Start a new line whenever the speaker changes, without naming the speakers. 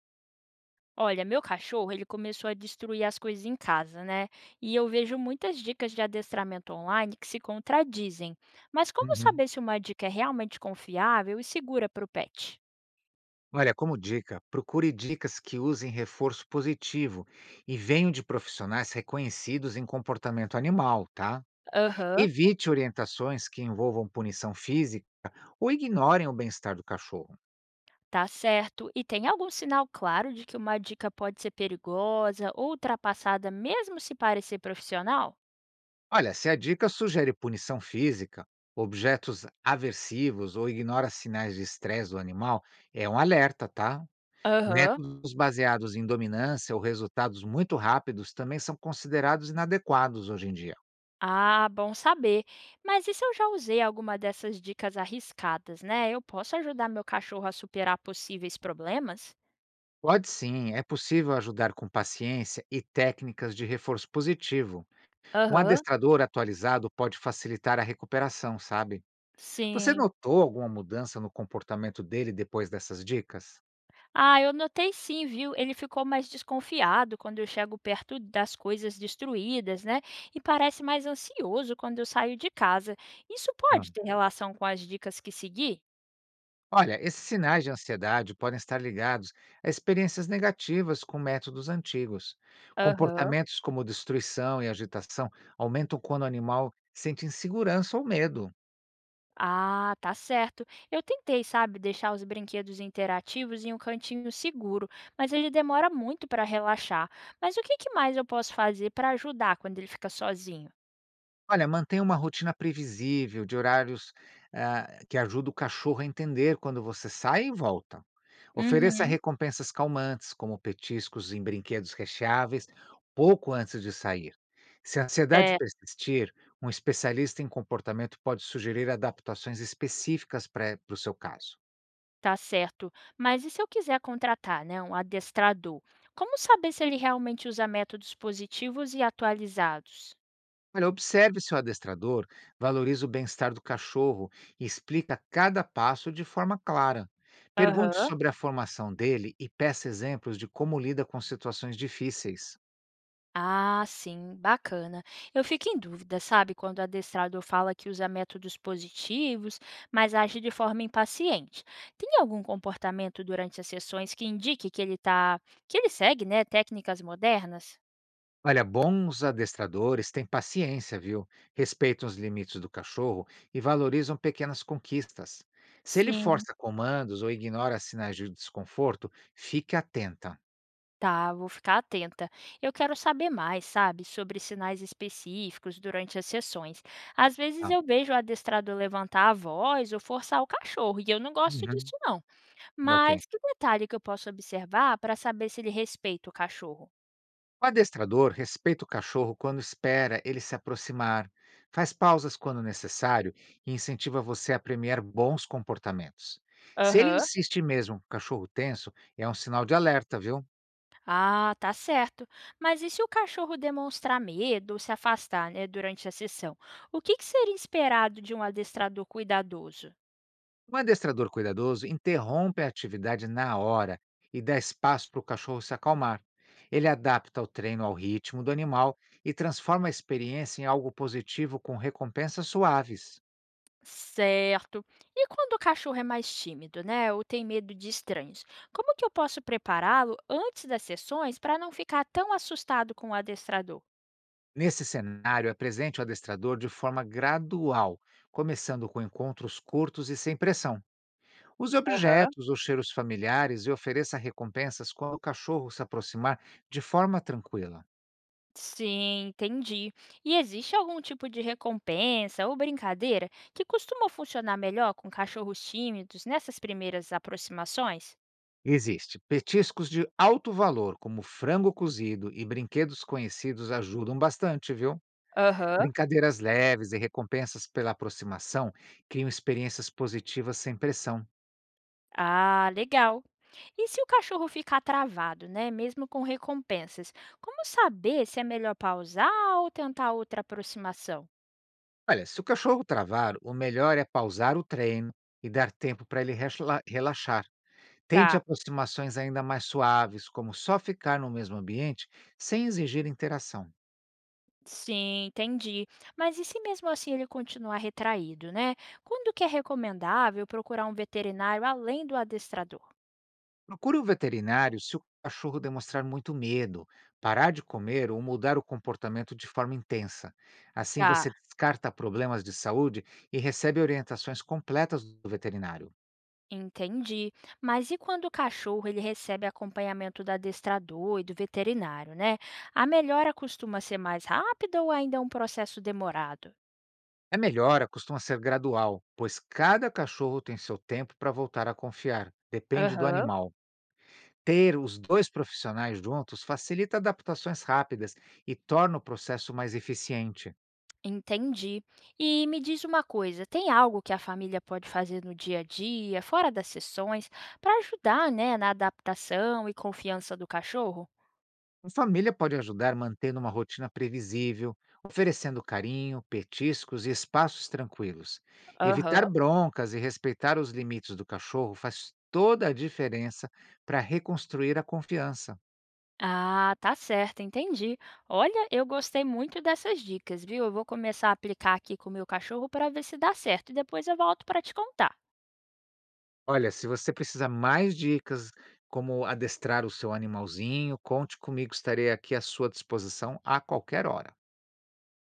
Olha, meu cachorro, ele começou a destruir as coisas em casa, né? E eu vejo muitas dicas de adestramento online que se contradizem. Mas como
Uhum.
saber se uma dica é realmente confiável e segura para o pet?
Olha, como dica, procure dicas que usem reforço positivo e venham de profissionais reconhecidos em comportamento animal, tá?
Aham.
Evite orientações que envolvam punição física ou ignorem o bem-estar do cachorro.
Tá certo? E tem algum sinal claro de que uma dica pode ser perigosa ou ultrapassada, mesmo se parecer profissional?
Olha, se a dica sugere punição física, objetos aversivos ou ignora sinais de estresse do animal, é um alerta, tá?
Aham.
Métodos baseados em dominância ou resultados muito rápidos também são considerados inadequados hoje em dia.
Ah, bom saber. Mas e se eu já usei alguma dessas dicas arriscadas, né? Eu posso ajudar meu cachorro a superar possíveis problemas?
Pode sim, é possível ajudar com paciência e técnicas de reforço positivo. Um
Aham.
adestrador atualizado pode facilitar a recuperação, sabe? Você
Sim.
notou alguma mudança no comportamento dele depois dessas dicas?
Ah, eu notei sim, viu? Ele ficou mais desconfiado quando eu chego perto das coisas destruídas, né? E parece mais ansioso quando eu saio de casa. Isso
Ah.
pode ter relação com as dicas que segui?
Olha, esses sinais de ansiedade podem estar ligados a experiências negativas com métodos antigos.
Aham.
Comportamentos como destruição e agitação aumentam quando o animal sente insegurança ou medo.
Ah, tá certo. Eu tentei, sabe, deixar os brinquedos interativos em um cantinho seguro, mas ele demora muito para relaxar. Mas o que que mais eu posso fazer para ajudar quando ele fica sozinho?
Olha, mantenha uma rotina previsível, de horários, que ajuda o cachorro a entender quando você sai e volta. Ofereça
Uhum.
recompensas calmantes, como petiscos em brinquedos recheáveis, pouco antes de sair. Se a ansiedade
É.
persistir, um especialista em comportamento pode sugerir adaptações específicas para o seu caso.
Tá certo. Mas e se eu quiser contratar, né, um adestrador? Como saber se ele realmente usa métodos positivos e atualizados?
Olha, observe seu adestrador, valorize o bem-estar do cachorro e explica cada passo de forma clara. Pergunte
Aham.
sobre a formação dele e peça exemplos de como lida com situações difíceis.
Ah, sim, bacana. Eu fico em dúvida, sabe, quando o adestrador fala que usa métodos positivos, mas age de forma impaciente. Tem algum comportamento durante as sessões que indique que ele tá, que ele segue, né, técnicas modernas?
Olha, bons adestradores têm paciência, viu? Respeitam os limites do cachorro e valorizam pequenas conquistas. Se ele
Sim.
força comandos ou ignora sinais de desconforto, fique atenta.
Tá, vou ficar atenta. Eu quero saber mais, sabe, sobre sinais específicos durante as sessões. Às vezes
Ah,
eu vejo o adestrado levantar a voz ou forçar o cachorro, e eu não gosto
uhum,
disso não.
ok.
Mas que detalhe que eu posso observar para saber se ele respeita o cachorro?
O adestrador respeita o cachorro quando espera ele se aproximar, faz pausas quando necessário e incentiva você a premiar bons comportamentos. Se ele
Aham.
insiste mesmo com o cachorro tenso, é um sinal de alerta, viu?
Ah, tá certo. Mas e se o cachorro demonstrar medo ou se afastar, né, durante a sessão? O que que seria esperado de um adestrador cuidadoso?
Um adestrador cuidadoso interrompe a atividade na hora e dá espaço para o cachorro se acalmar. Ele adapta o treino ao ritmo do animal e transforma a experiência em algo positivo com recompensas suaves.
Certo. E quando o cachorro é mais tímido, né, ou tem medo de estranhos, como que eu posso prepará-lo antes das sessões para não ficar tão assustado com o adestrador?
Nesse cenário, apresente o adestrador de forma gradual, começando com encontros curtos e sem pressão. Use
Aham.
objetos ou cheiros familiares e ofereça recompensas quando o cachorro se aproximar de forma tranquila.
Sim, entendi. E existe algum tipo de recompensa ou brincadeira que costuma funcionar melhor com cachorros tímidos nessas primeiras aproximações?
Existe. Petiscos de alto valor, como frango cozido e brinquedos conhecidos, ajudam bastante, viu?
Aham.
Brincadeiras leves e recompensas pela aproximação criam experiências positivas sem pressão.
Ah, legal. E se o cachorro ficar travado, né, mesmo com recompensas, como saber se é melhor pausar ou tentar outra aproximação?
Olha, se o cachorro travar, o melhor é pausar o treino e dar tempo para ele relaxar. Tente
Tá,
aproximações ainda mais suaves, como só ficar no mesmo ambiente sem exigir interação.
sim, entendi. Mas e se mesmo assim ele continuar retraído, né? Quando que é recomendável procurar um veterinário além do adestrador?
Procure o veterinário se o cachorro demonstrar muito medo, parar de comer ou mudar o comportamento de forma intensa. Assim
Tá,
você descarta problemas de saúde e recebe orientações completas do veterinário.
entendi. Mas e quando o cachorro ele recebe acompanhamento do adestrador e do veterinário, né? A melhora costuma ser mais rápida ou ainda é um processo demorado?
A melhora costuma ser gradual, pois cada cachorro tem seu tempo para voltar a confiar, depende do
Aham.
animal. Ter os dois profissionais juntos facilita adaptações rápidas e torna o processo mais eficiente.
Entendi. E me diz uma coisa, tem algo que a família pode fazer no dia a dia, fora das sessões, para ajudar, né, na adaptação e confiança do cachorro?
A família pode ajudar mantendo uma rotina previsível, oferecendo carinho, petiscos e espaços tranquilos. Evitar
Aham.
broncas e respeitar os limites do cachorro faz toda a diferença para reconstruir a confiança.
Ah, tá certo, entendi. Olha, eu gostei muito dessas dicas, viu? Eu vou começar a aplicar aqui com o meu cachorro para ver se dá certo e depois eu volto para te contar.
Olha, se você precisar mais dicas como adestrar o seu animalzinho, conte comigo, estarei aqui à sua disposição a qualquer hora.